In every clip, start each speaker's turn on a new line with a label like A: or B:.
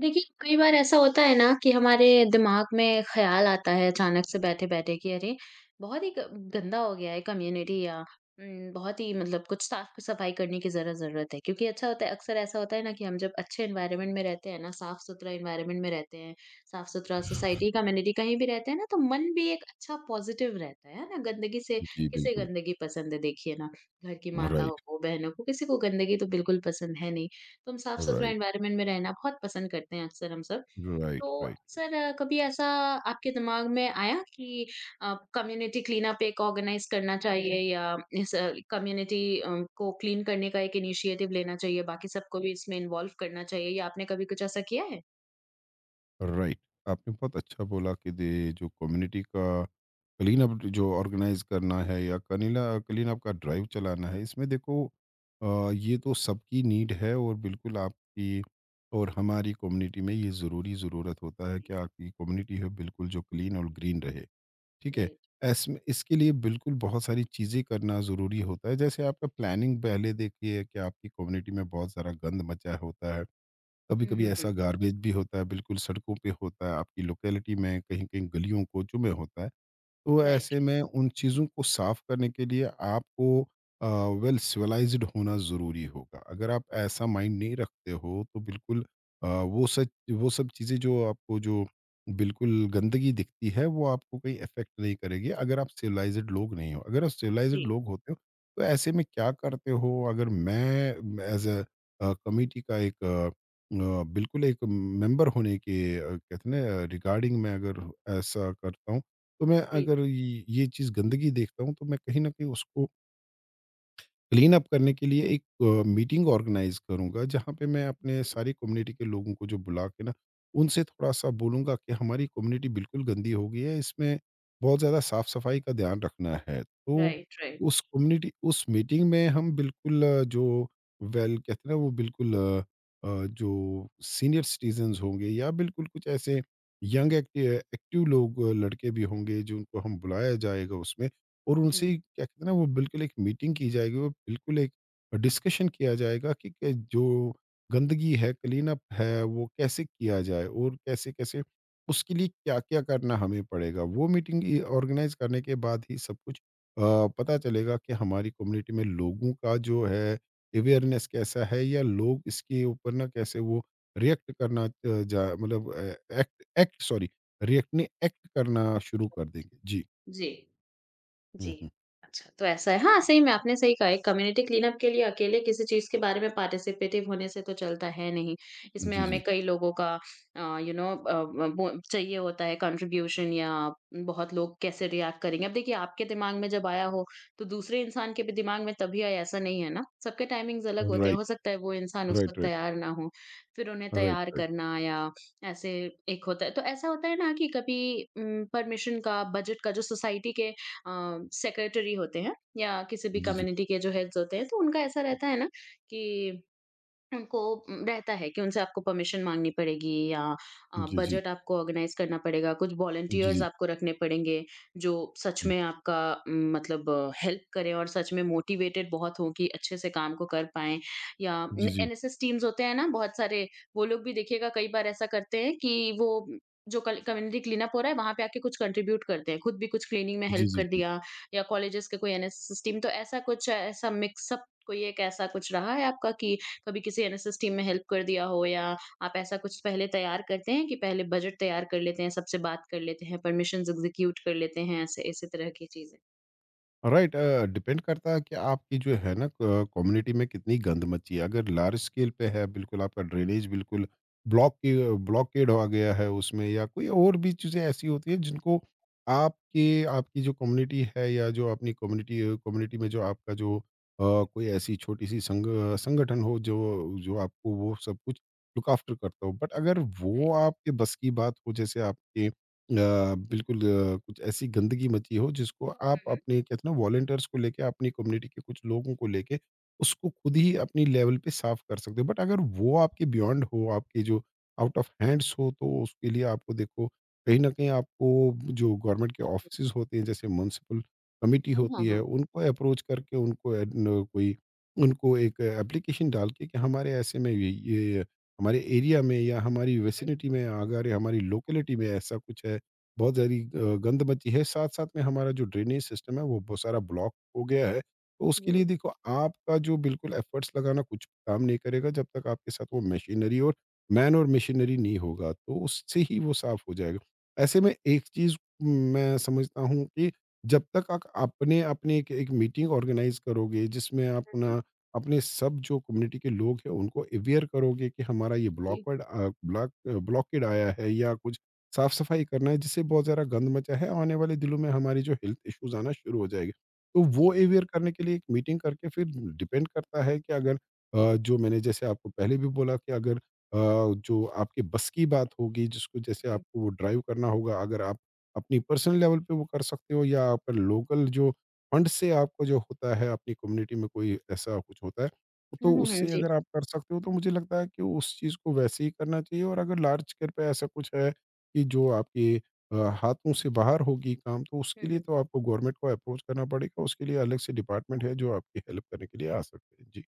A: देखिए, कई बार ऐसा होता है ना कि हमारे दिमाग में ख़्याल आता है अचानक से बैठे-बैठे कि अरे! बहुत ही ग गंदा हो गया है कम्युनिटी या बहुत ही मतलब कुछ साफ़-सफ़ाई करने की ज़रा ज़रूरत है। क्योंकि अच्छा होता है अक्सर ऐसा होता है ना कि हम जब अच्छे एनवायरनमेंट में रहते हैं ना, साफ़-सुथरा एनवायरनमेंट में रहते हैं, साफ़-सुथरा सोसाइटी, कम्युनिटी कहीं भी रहते हैं ना, तो मन भी एक अच्छा पॉज़िटिव रहता है ना? गंदगी से
B: जी,
A: किसे
B: बिल्कुल।
A: गंदगी पसंद है देखिए ना, घर की माताओं
B: राइट,
A: को, बहनों को, किसी को गंदगी तो बिल्कुल पसंद है नहीं। तो हम साफ-सुथरा
B: राइट,
A: एनवायरनमेंट में रहना बहुत पसंद करते हैं अक्सर हम सब। तो
B: राइट, राइट,
A: अक्सर कभी ऐसा आपके दिमाग में आया कि कम्युनिटी क्लीनअप एक ऑर्गनाइज़ करना चाहिए या इस कम्युनिटी को क्लीन करने का एक इनिशिएटिव लेना चाहिए, बाकी सबको भी इसमें इन्वॉल्व करना चाहिए या आपने कभी कुछ ऐसा किया है?
B: राइट। आपने बहुत अच्छा बोला कि दे जो कम्युनिटी का क्लीन अप जो ऑर्गेनाइज़ करना है या कनीला क्लीन अप का ड्राइव चलाना है, इसमें देखो ये तो सबकी नीड है और बिल्कुल आपकी और हमारी कम्युनिटी में ये ज़रूरी ज़रूरत होता है कि आपकी कम्युनिटी है बिल्कुल जो क्लीन और ग्रीन रहे। ठीक है?
A: राइट।
B: ऐस्म इसके लिए बिल्कुल बहुत सारी चीज़ें करना ज़रूरी होता है। जैसे आपका प्लानिंग पहले देखिए कि आपकी कम्युनिटी में बहुत सारा गंद मचा होता है।
A: हुँ,
B: कभी-कभी
A: हुँ,
B: ऐसा
A: हुँ।
B: गार्बेज भी होता है, बिल्कुल सड़कों पे होता है, आपकी लोकेलिटी में कहीं-कहीं गलियों, कोचों में होता है। तो ऐसे
A: राइट।
B: में उन चीज़ों को साफ करने के लिए आपको अ, वेल सिविलाइज्ड होना ज़रूरी होगा। अगर आप ऐसा माइंड नहीं रखते हो तो बिल्कुल वो सब चीज़ें जो आपको जो बिल्कुल गंदगी दिखती है वो आपको कहीं इफ़ेक्ट नहीं करेगी अगर आप सिविलाइज्ड लोग नहीं हो। अगर आप
A: जी।
B: सिविलाइज्ड लोग होते हो तो ऐसे में क्या करते हो अगर मैं एज़ अ कमिटी का एक बिल्कुल एक मेंबर होने के कहते हैं ना रिगार्डिंग मैं अगर ऐसा करता हूँ तो मैं
A: जी,
B: अगर ये चीज़ गंदगी देखता हूँ, तो मैं कहीं न कहीं उसको क्लीन अप करने के लिए एक मीटिंग ऑर्गेनाइज करूंगा जहां पे मैं अपने सारी कम्युनिटी के लोगों को जो बुला के ना उनसे थोड़ा सा बोलूंगा कि हमारी कम्युनिटी बिल्कुल गंदी हो गई है, इसमें बहुत ज़्यादा साफ सफाई का ध्यान रखना है। तो
A: राइट, राइट।
B: उस मीटिंग में हम बिल्कुल जो वेल कहते हैं ना, वो बिल्कुल जो सीनियर सिटीजन्स होंगे या बिल्कुल कुछ ऐसे यंग एक्टिव लोग लड़के भी होंगे जो उनको हम बुलाया जाएगा उसमें, और
A: हुँ,
B: उनसे क्या कहते हैं ना वो बिल्कुल एक मीटिंग की जाएगी और बिल्कुल एक डिस्कशन किया जाएगा कि जो गंदगी है क्लीन अप है वो कैसे किया जाए और कैसे कैसे उसके लिए क्या क्या करना हमें पड़ेगा। वो मीटिंग ऑर्गेनाइज करने के बाद ही सब कुछ अ, पता चलेगा कि हमारी कम्युनिटी में लोगों का जो है अवेयरनेस कैसा है, या लोग इसके ऊपर ना कैसे वो रिएक्ट करना अ, जा मतलब एक्ट एक्ट सॉरी रिएक्ट नहीं एक्ट करना शुरू कर देंगे। जी।
A: जी।
B: हम्म
A: जी।
B: हम्म,
A: अच्छा, तो ऐसा है। हाँ, सही में आपने सही कहा है, कम्युनिटी क्लीनअप के लिए अकेले किसी चीज़ के बारे में पार्टिसिपेटिव होने से तो चलता है नहीं। इसमें
B: जी,
A: हमें
B: जी।
A: कई लोगों का अ, यू नो अ, ब वो चाहिए होता है कंट्रीब्यूशन या बहुत लोग कैसे रिएक्ट करेंगे। अब देखिए आपके दिमाग में जब आया हो, तो दूसरे इंसान के भी दिमाग में तभी आया, ऐसा नहीं है ना? सबके टाइमिंग्स अलग होते हैं,
B: Right.
A: हो सकता है वो इंसान उस
B: Right.
A: वक़्त
B: Right.
A: तैयार ना हो, फिर उन्हें
B: Right.
A: तैयार
B: Right.
A: करना या ऐसे एक होता है। तो ऐसा होता है ना कि कभी परमिशन का, बजट का जो सोसाइटी के सेक्रेटरी होते हैं या किसी भी
B: Jiji.
A: कम्युनिटी के जो हेड्स होते हैं तो उनका ऐसा रहता है ना कि उनको रहता है कि उनसे आपको परमिशन माँगनी पड़ेगी या
B: Jiji.
A: बजट आपको ऑर्गेनाइज़ करना पड़ेगा, कुछ वॉलंटियर्स
B: Jiji.
A: आपको रखने पड़ेंगे, जो सच में आपका मतलब हेल्प करें और सच में मोटिवेटेड बहुत हों कि अच्छे से काम को कर पाएँ या न
B: Jiji.
A: एनएसएस टीम्स होते हैं ना बहुत सारे, वो लोग भी देखिएगा कई बार ऐसा करते हैं कि वो जो कल कम्युनिटी क्लीनअप हो रहा है, वहाँ पे आके कुछ कंट्रीब्यूट करते हैं, खुद भी कुछ क्लीनिंग में हेल्प
B: Jiji.
A: कर
B: Jiji.
A: दिया या कॉलेजेस के कोई एनएसएस टीम तो ऐसा कुछ ऐसा मिक्सअप कोई एक ऐसा कुछ रहा है आपका कि कभी किसी एनएसएस टीम में हेल्प कर दिया हो या आप ऐसा कुछ पहले तैयार करते हैं कि पहले बजट तैयार कर लेते हैं, सबसे बात कर लेते हैं, परमिशंस एग्ज़ीक्यूट कर लेते हैं, ऐसे इसी तरह की चीज़ें?
B: राइट। डिपेंड करता है कि आपकी जो है ना कम्युनिटी में कितनी गंद मची है। अगर लार्ज स्केल पे है बिल्कुल आपका ड्रेनेज बिल्कुल ब्लॉक की ब्लॉकेड हो गया है उसमें, या कोई और भी चीज़ें ऐसी होती हैं जिनको आपके आपकी जो कम्युनिटी है या जो अपनी कम्युनिटी कम्युनिटी में जो आपका जो
A: हुँ,
B: कोई ऐसी छोटी सी संगठन हो जो जो आपको वो सब कुछ लुक आफ्टर करता हो। बट अगर वो
A: राइट।
B: आपके बस की बात हो, जैसे आपके कुछ ऐसी गंदगी मची हो जिसको आप
A: हुँ, हुँ।
B: अपने कहते हैं ना वॉलंटियर्स को लेके अपनी कम्युनिटी के कुछ लोगों को लेके उसको खुद ही अपनी लेवल पे साफ कर सकते हो। बट अगर वो आपके बियॉन्ड हो, आपके जो आउट ऑफ हैंड्स हो, तो उसके लिए आपको देखो कहीं ना कहीं आपको जो गवर्नमेंट के ऑफिस होते हैं, जैसे म्यूनसिपल कमेटी
A: हाँ, हाँ,
B: होती है,
A: हाँ।
B: उनको अप्रोच करके, उनको एड- न- कोई उनको एक एप्लीकेशन डाल के कि हमारे ऐसे में हमारे एरिया में या हमारी
A: हुँ,
B: वेसिनिटी में अगर या हमारी लोकेलिटी में ऐसा कुछ है, बहुत सारी गंद बची है, साथ-साथ में हमारा जो ड्रेनेज सिस्टम है, वो बहुत सारा ब्लॉक हो गया है। तो
A: हुँ।
B: उसके लिए
A: जी।
B: देखो आपका जो बिल्कुल एफर्ट्स लगाना कुछ काम नहीं करेगा, जब तक आपके साथ वो मशीनरी और मैन और मशीनरी नहीं होगा, तो उससे ही वो साफ़ हो जाएगा। ऐसे में एक चीज़ मैं समझता हूँ कि जब तक आप अपने अपने एक एक मीटिंग ऑर्गेनाइज़ करोगे, जिसमें आप
A: हुँ, हुँ।
B: ना अपने सब जो कम्युनिटी के लोग हैं, उनको अवेयर करोगे कि हमारा ये
A: जी,
B: ब्लॉकड अ, ब्लॉक ब्लॉकेड आया है या कुछ साफ सफाई करना है, जिससे बहुत ज़्यादा गंद मचा है आने वाले दिनों में हमारी जो हेल्थ इश्यूज आना शुरू हो जाएगी। तो
A: जी।
B: वो अवेयर करने के लिए एक मीटिंग करके फिर डिपेंड करता है कि अगर जो मैंने जैसे आपको पहले भी बोला कि अगर जो आपके बस की बात होगी, जिसको जैसे
A: हुँ।
B: आपको वो ड्राइव करना होगा, अगर आप अपनी पर्सनल लेवल पे वो कर सकते हो, या आप लोकल जो फंड से आपको जो होता है, अपनी कम्युनिटी में कोई ऐसा कुछ होता है,
A: हुँ,
B: तो
A: हुँ, हुँ।
B: उससे
A: जी।
B: अगर आप कर सकते हो, तो मुझे लगता है कि उस चीज़ को वैसे ही करना चाहिए। और अगर लार्ज स्केल पे ऐसा कुछ है कि जो आपके अ, हाथों से बाहर होगी काम, तो
A: हुँ,
B: उसके लिए
A: हुँ।
B: तो आपको गवर्नमेंट को अप्रोच करना पड़ेगा, उसके लिए अलग से डिपार्टमेंट है जो आपकी हेल्प करने के लिए आ सकते हैं। जी,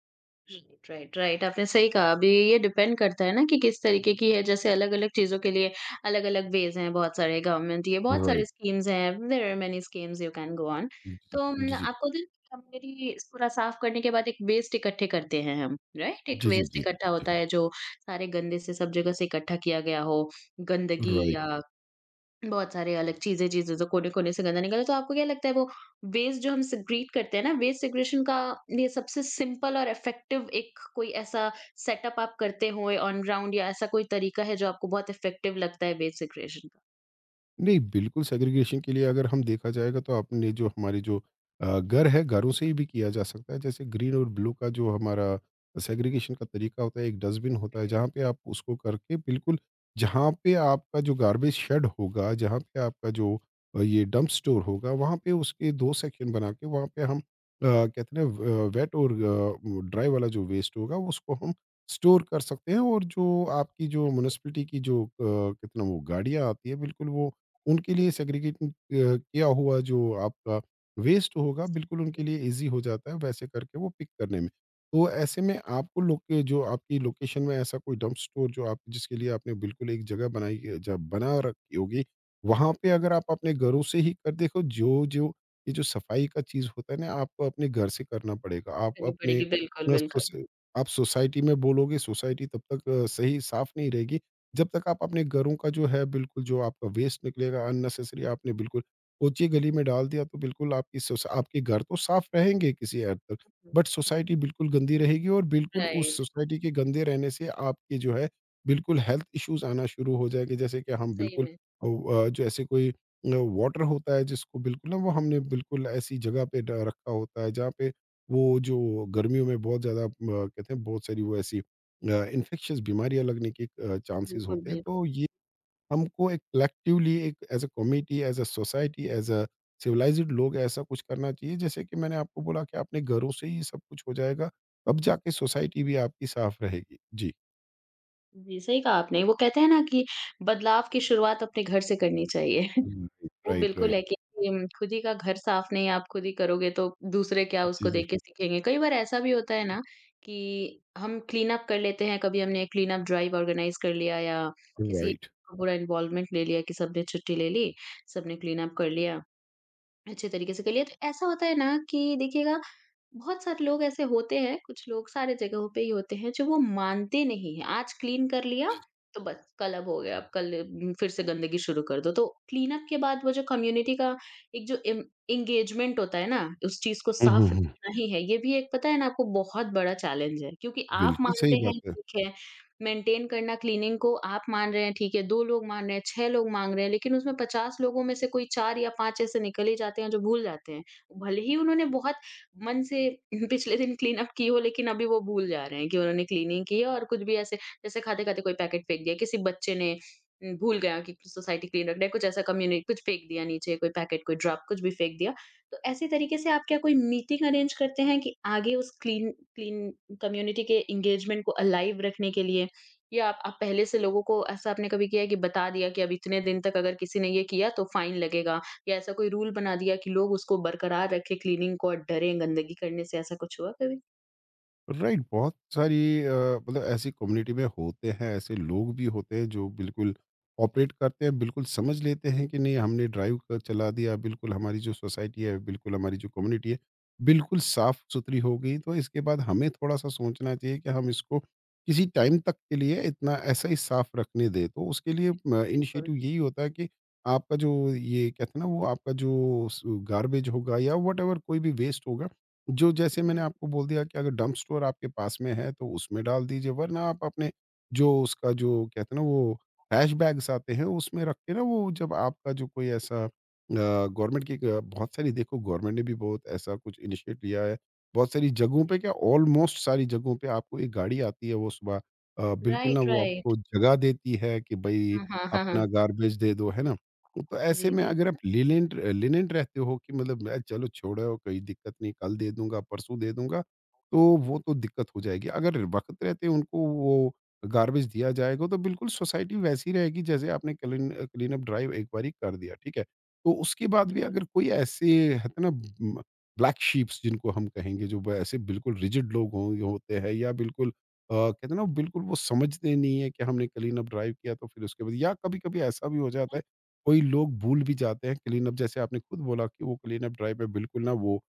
A: राइट, राइट, राइट, आपने सही कहा। अभी ये डिपेंड करता है ना कि किस तरीके की है, जैसे अलग-अलग चीज़ों के लिए अलग-अलग वेज़ हैं, बहुत सारे गवर्नमेंट ये बहुत सारे
B: राइट।
A: स्कीम्स हैं, there are many schemes you can go on.
B: जी, जी,
A: तो
B: जी, जी,
A: आपको ना कम्युनिटी पूरा साफ करने के बाद एक वेस्ट इकट्ठे करते हैं हम, राइट? एक
B: जी, जी,
A: वेस्ट
B: जी,
A: इकट्ठा
B: जी,
A: होता है जो सारे गंदे से सब जगह से इकट्ठा किया गया हो, गंदगी
B: राइट।
A: या बहुत सारे अलग चीज़ें चीज़ें से कोने-कोने से गंदा निकला, तो आपको क्या लगता है वो वेस्ट जो हम सेग्रीगेट करते हैं ना, वेस्ट सेग्रीगेशन का ये सबसे सिंपल और इफ़ेक्टिव एक कोई ऐसा सेटअप आप करते हों ऑन ग्राउंड या ऐसा कोई तरीका है जो आपको बहुत इफ़ेक्टिव लगता है वेस्ट सेग्रीगेशन का?
B: नहीं, बिल्कुल सेग्रीगेशन के लिए अगर हम देखा जाएगा, तो आपने जो हमारे जो घर है, घरों से ही भी किया जा सकता है। जैसे ग्रीन और ब्लू का जो हमारा सेग्रीगेशन का तरीका होता है, एक डस्टबिन होता है
A: हुँ,
B: जहाँ पे आप उसको करके बिल्कुल जहाँ पे आपका जो गार्बेज शेड होगा, जहाँ पे आपका जो ये डंप स्टोर होगा, वहाँ पे उसके 2 सेक्शन बना के वहाँ पे हम कहते हैं व वेट और ड्राई वाला जो वेस्ट होगा, उसको हम स्टोर कर सकते हैं, और जो आपकी जो म्युनिसिपैलिटी की जो कितना वो गाड़ियाँ आती है, बिल्कुल वो उनके लिए सेग्रीगेट किया हुआ जो आपका वेस्ट होगा, बिल्कुल उनके
A: जी।
B: लिए ईज़ी हो जाता है वैसे करके वो पिक करने में। तो ऐसे में आपको लोके जो आपकी लोकेशन में ऐसा कोई डंप स्टोर जो आप जिसके लिए आपने बिल्कुल एक जगह बनाई है, जब बना रखी होगी, वहाँ
A: हुँ,
B: पे अगर आप अपने घरों से ही कर देखो जो ये जो सफाई का चीज़ होता है ना, आपको अपने घर से करना पड़ेगा।
A: हुँ।
B: आप
A: करनी
B: अपने
A: पड़ेगी, बिल्कुल,
B: अ,
A: बिल्कुल।
B: सोस आप सोसाइटी में बोलोगे, सोसाइटी तब तक सही साफ़ नहीं रहेगी जब तक आप अपने घरों का जो है बिल्कुल, जो आपका वेस्ट निकलेगा अननेसेसरी आपने बिल्कुल ऊंची गली में डाल दिया, तो बिल्कुल आपके घर तो साफ रहेंगे किसी हद तक,
A: हुँ।
B: बट सोसाइटी बिल्कुल गंदी रहेगी, और बिल्कुल उस
A: राइट,
B: सोसाइटी के गंदे रहने से आपके जो है बिल्कुल हेल्थ इश्यूज आना शुरू हो जाएंगे, जैसे कि हम
A: सही
B: बिल्कुल
A: में।
B: जो ऐसे कोई वाटर होता है जिसको बिल्कुल ना वो हमने बिल्कुल ऐसी जगह पे रखा होता है जहाँ पे वो जो गर्मियों में बहुत ज़्यादा कहते हैं बहुत सारी वो ऐसी इन्फेक्शियस बीमारियां लगने के चांसेस
A: बिल्कुल,
B: होते हैं।
A: बिल्कुल।
B: तो ये हमको एक कलेक्टिवली एक as a community as a society as a civilised लोग ऐसा कुछ करना चाहिए, जैसे कि मैंने आपको बोला कि अपने घरों से ही सब कुछ हो जाएगा, अब जाके सोसाइटी भी आपकी साफ रहेगी। जी।
A: जी, सही कहा आपने। वो कहते हैं ना कि बदलाव की शुरुआत अपने घर से करनी चाहिए। वो
B: राइट,
A: बिल्कुल
B: राइट।
A: है कि खुद ही का घर साफ नहीं आप खुद ही करोगे तो दूसरे क्या
B: जी,
A: उसको
B: जी।
A: देख के सीखेंगे। कई बार ऐसा भी होता है ना कि हम क्लीन अप कर लेते हैं, कभी हमने क्लीन अप ड्राइव ऑर्गेनाइज़ कर लिया या किसी
B: राइट।
A: का पूरा इन्वॉल्वमेंट ले लिया कि सबने छुट्टी ले ली, सबने क्लीन अप कर लिया, अच्छे तरीके से कर लिया। तो ऐसा होता है ना कि देखिएगा बहुत सारे लोग ऐसे होते हैं, कुछ लोग सारे जगहों पे ही होते हैं जो वो मानते नहीं हैं। आज क्लीन कर लिया तो बस कल अब हो गया, अब कल फिर से गंदगी शुरू कर दो। तो क्लीनअप के बाद वो जो कम्युनिटी का एक जो एम एंगेजमेंट होता है ना, उस चीज़ को
B: हम्म,
A: साफ
B: हम्म, हम्म।
A: रखना ही है। ये भी एक पता है ना आपको बहुत बड़ा चैलेंज है क्योंकि आप
B: बिल्कुल
A: मानते
B: सही बात
A: हैं
B: है।
A: ठीक है, मेंटेन करना क्लीनिंग को आप मान रहे हैं ठीक है, 2 लोग मान रहे हैं, 6 लोग मांग रहे हैं, लेकिन उसमें 50 लोगों में से कोई 4 या 5 ऐसे निकल ही जाते हैं जो भूल जाते हैं। भले ही उन्होंने बहुत मन से पिछले दिन क्लीन अप की हो लेकिन अभी वो भूल जा रहे हैं कि उन्होंने क्लीनिंग की है और कुछ भी ऐसे जैसे खाते-खाते कोई पैकेट फेंक दिया, किसी बच्चे ने भूल गया कि सोसाइटी क्लीन रखना है, कुछ ऐसा कम्युनि कुछ फेंक दिया नीचे, कोई पैकेट, कोई ड्रॉप, कुछ भी फेंक दिया। तो ऐसे तरीके से आप क्या कोई मीटिंग अरेंज करते हैं कि आगे उस क्लीन क्लीन कम्युनिटी के एंगेजमेंट को अलाइव रखने के लिए? या आप पहले से लोगों को ऐसा आपने कभी किया है कि बता दिया कि अब इतने दिन तक अगर किसी ने ये किया तो फाइन लगेगा या ऐसा कोई रूल बना दिया कि लोग उसको बरकरार रखें क्लीनिंग को और डरें गंदगी करने से, ऐसा कुछ हुआ कभी?
B: राइट, बहुत सारी मतलब ऐसी कम्युनिटी में होते हैं, ऐसे लोग भी होते हैं जो बिल्कुल ऑपरेट करते हैं, बिल्कुल समझ लेते हैं कि नहीं हमने ड्राइव कर चला दिया, बिल्कुल हमारी जो सोसाइटी है, बिल्कुल हमारी जो कम्युनिटी है बिल्कुल साफ सुथरी हो गई, तो इसके बाद हमें थोड़ा सा सोचना चाहिए कि हम इसको किसी टाइम तक के लिए इतना ऐसा ही साफ रखने दे। तो उसके लिए
A: बिल्कुल।
B: इनिशिएटिव यही होता है कि आपका जो ये कहते हैं ना वो आपका जो गार्बेज होगा या वट कोई भी वेस्ट होगा, जो जैसे मैंने
A: हुँ,
B: आपको बोल दिया कि अगर डंप स्टोर आपके पास में है तो उसमें डाल दीजिए, वरना आप अपने जो उसका जो कहते हैं ना वो ट्रैश बैग्स आते हैं, उसमें रख के ना, वो जब आपका जो कोई ऐसा गवर्नमेंट की एक, बहुत सारी देखो गवर्नमेंट ने भी बहुत ऐसा कुछ इनिशिएट लिया है। बहुत सारी जगहों पे
A: जी।
B: क्या ऑलमोस्ट सारी जगहों पे आपको एक गाड़ी आती है वो सुबह बिल्कुल ना
A: राइट,
B: वो
A: राइट।
B: आपको जगह देती है कि भाई
A: हाँ, हाँ, हाँ, हाँ।
B: अपना गार्बेज दे दो, है ना। तो
A: हाँ
B: ऐसे
A: जी,
B: में
A: जी।
B: अगर आप लिनेंट लिनेंट रहते हो कि मतलब मैं चलो छोड़ो कोई दिक्कत नहीं, कल दे दूंगा, परसों दे दूंगा, तो वो तो दिक्कत हो जाएगी। अगर वक्त रहते उनको वो गार्बेज दिया जाएगा, तो बिल्कुल सोसाइटी वैसी रहेगी जैसे आपने क्लीन क्लीन अप ड्राइव एक बार कर दिया। ठीक है, तो उसके बाद भी
A: बिल्कुल।
B: अगर कोई ऐसे है तो ना, ब्लैक शीप्स जिनको हम कहेंगे, जो वो ऐसे बिल्कुल रिजिड होते हैं, या बिल्कुल कहते हैं ना बिल्कुल वो समझते नहीं है कि हमने क्लीन अप ड्राइव किया तो फिर उसके बाद, या कभी कभी ऐसा भी हो जाता
A: हैं?
B: है कोई लोग भूल भी जाते हैं क्लीनअप, जैसे आपने खुद बोला कि वो क्लीनअप ड्राइव में बिल्कुल ना वो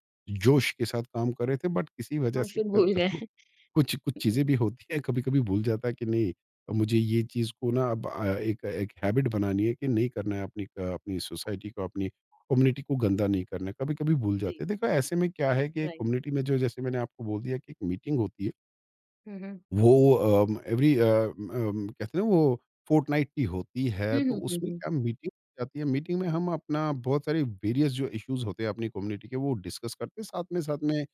B: जोश के साथ काम कर रहे थे बट किसी वजह
A: और
B: से
A: फिर भूल गए।
B: देखो कुछ कुछ चीज़ें
A: हुँ,
B: भी होती है, कभी कभी भूल जाता है कि नहीं। अब मुझे ये चीज़ को ना अब एक एक हैबिट बनानी है कि नहीं करना है, अपनी अपनी सोसाइटी को, अपनी कम्युनिटी को गंदा नहीं करना है। कभी कभी भूल
A: जी।
B: जाते हैं। देखो ऐसे में क्या है कि
A: राइट।
B: कम्युनिटी में जो, जैसे मैंने आपको बोल दिया कि एक मीटिंग होती है,
A: हुँ, हुँ।
B: वो एवरी कहते हैं ना, वो फोर्टनाइटली होती है,
A: हुँ,
B: तो
A: हुँ, हुँ,
B: उसमें
A: हुँ।
B: क्या, मीटिंग जाती है, मीटिंग में हम अपना बहुत सारे वेरियस जो इश्यूज़ होते हैं अपनी कम्युनिटी के वो डिस्कस करते हैं, साथ में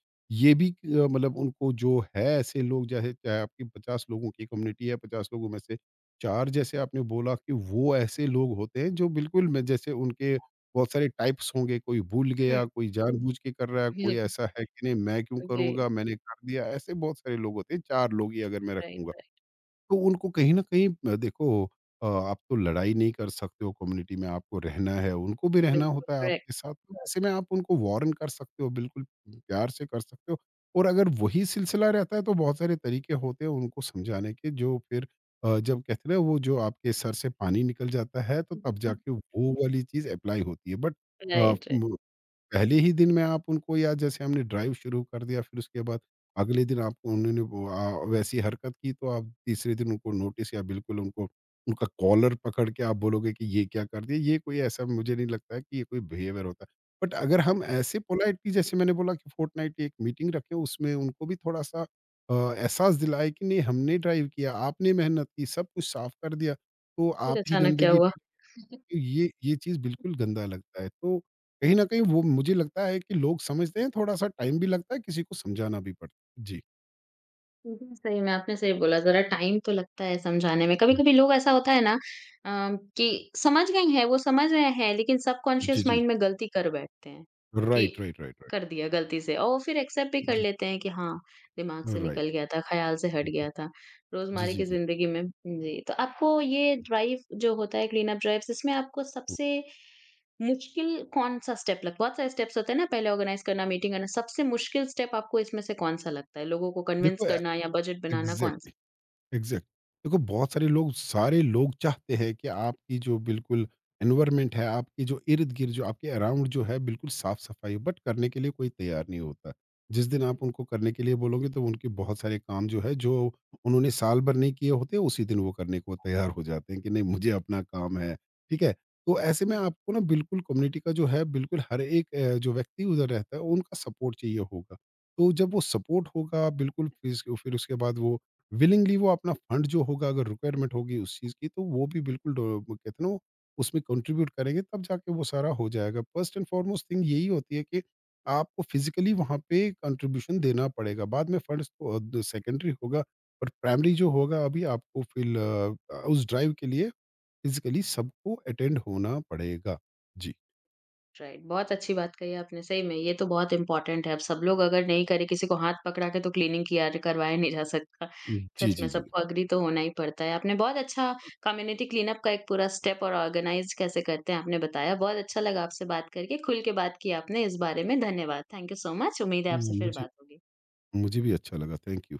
B: ये भी कि, मतलब उनको जो है, ऐसे लोग जैसे, चाहे आपकी 50 लोगों की कम्युनिटी है, 50 लोगों में से 4, जैसे आपने बोला कि वो ऐसे लोग होते हैं जो बिल्कुल, मैं जैसे उनके बहुत सारे टाइप्स होंगे, कोई भूल
A: हुँ।
B: गया, कोई जानबूझ के कर रहा है, कोई
A: बिल्कुल,
B: ऐसा है कि नहीं मैं क्यों
A: जी,
B: करूँगा, मैंने कर दिया। ऐसे बहुत सारे लोग होते हैं, 4 लोग ही अगर मैं
A: राइट,
B: रखूँगा।
A: राइट।
B: तो उनको कहीं न कहीं देखो, आप तो लड़ाई नहीं कर सकते हो कम्युनिटी में, आपको रहना है, उनको भी रहना
A: बिल्कुल,
B: होता है
A: करेक्ट।
B: आपके साथ। तो ऐसे में आप उनको वार्न कर सकते हो, बिल्कुल प्यार से कर सकते हो। और अगर वही सिलसिला रहता है, तो बहुत सारे तरीके होते हैं उनको समझाने के, जो फिर जब कहते हैं ना, वो जो आपके सर से पानी निकल जाता है, तो तब जाके वो वाली चीज़ अप्लाई होती है। But uh,
A: right, right.
B: म पहले ही दिन में आप उनको, या जैसे हमने ड्राइव शुरू कर दिया फिर उसके बाद अगले दिन आपको उन्होंने वो वैसी हरकत की, तो आप तीसरे दिन उनको नोटिस, या बिल्कुल उनको, उनका कॉलर पकड़ के आप बोलोगे कि ये क्या कर दिया, ये कोई, ऐसा मुझे नहीं लगता है कि ये कोई बिहेवियर होता है। बट अगर हम ऐसे पोलाइटली, जैसे मैंने बोला कि फोर्टनाइट एक मीटिंग रखें, उसमें उनको भी थोड़ा सा एहसास दिलाए कि नहीं, हमने ड्राइव किया, आपने मेहनत की, सब कुछ साफ कर दिया, तो
A: फिर
B: आप ही
A: अचानक क्या
B: गंदगी,
A: हुआ?
B: ये चीज़ बिल्कुल गंदा लगता है। तो कहीं न कहीं वो मुझे लगता है कि लोग समझते हैं, थोड़ा-सा टाइम भी लगता है, किसी को समझाना भी पड़ता है। जी।
A: बिल्कुल, सही में आपने सही बोला, ज़रा टाइम तो लगता है समझाने में।
B: हुँ।
A: कभी-कभी लोग ऐसा होता है ना अ, कि समझ गए हैं, वो समझ रहे हैं, लेकिन
B: जी,
A: सबकॉन्शियस
B: जी।
A: माइंड में गलती कर बैठते हैं, कि
B: राइट, राइट, राइट, राइट।
A: कर दिया गलती से और वो फिर एक्सेप्ट भी कर
B: जी,
A: लेते हैं कि हाँ, दिमाग से
B: राइट।
A: निकल गया था, ख़्याल से हट गया था,
B: जी,
A: रोज़मर्रा
B: जी,
A: की
B: जी।
A: ज़िंदगी में जी, तो आपको ये ड्राइव जो होता है, क्लीन अप ड्राइव्स, इसमें आपको सबसे मुश्किल कौन-सा स्टेप लग बहुत सारे स्टेप्स होते हैं ना पहले ऑर्गेनाइज़ करना, मीटिंग करना, सबसे मुश्किल स्टेप आपको इसमें से कौन-सा लगता है? लोगों को कन्विंस
B: देखो, ए
A: करना या बजट बनाना
B: एग्ज़ैक्ट,
A: कौन-सा?
B: एग्जैक्ट, देखो बहुत सारे लोग, सारे लोग चाहते हैं कि आपकी जो बिल्कुल एनवायरमेंट है, आपकी जो इर्द गिर्द जो आपके अराउंड जो है बिल्कुल साफ सफाई, बट करने के लिए कोई तैयार नहीं होता। जिस दिन आप उनको करने के लिए बोलोगे, तो उनके बहुत सारे काम जो है, जो उन्होंने साल भर नहीं किए होते, उसी दिन वो करने को तैयार हो जाते हैं कि नहीं, मुझे अपना काम है, ठीक है। तो ऐसे में
A: जी।
B: आपको ना बिल्कुल कम्युनिटी का जो है, बिल्कुल हर एक जो व्यक्ति उधर रहता है, उनका सपोर्ट चाहिए होगा। तो जब वो सपोर्ट होगा बिल्कुल, फिर उसके बाद वो विलिंगली वो अपना फंड जो होगा, अगर रिक्वायरमेंट होगी उस चीज़ की, तो वो भी बिल्कुल डो वो कहते हैं ना, वो उसमें कंट्रीब्यूट करेंगे, तब जाके वो सारा हो जाएगा। फर्स्ट एंड फॉरमोस्ट थिंग यही होती है कि आपको फिज़िकली वहाँ पे कंट्रीब्यूशन देना पड़ेगा। बाद में फंड्स तो द सेकेंडरी होगा, और प्राइमरी जो होगा अभी आपको फ़िल उस ड्राइव के लिए फिज़िकली सबको अटेंड होना पड़ेगा। जी।
A: राइट, बहुत अच्छी बात कही आपने सही में, ये तो बहुत इम्पोर्टेंट है। अब सब लोग अगर नहीं करे, किसी को हाथ पकड़ा के तो क्लीनिंग किया करवाया नहीं जा सकता।
B: जी,
A: सच में
B: जी, जी।
A: सबको एग्री तो होना ही पड़ता है। आपने बहुत अच्छा कम्युनिटी क्लीनअप का एक पूरा स्टेप और ऑर्गेनाइज़ कैसे करते हैं आपने बताया। बहुत अच्छा लगा आपसे बात करके, खुल के बात की आपने इस बारे में। धन्यवाद। Thank you so much. उम्मीद है आपसे
B: हुँ,
A: फिर
B: मुझे
A: बात होगी।
B: मुझे भी अच्छा लगा। Thank you.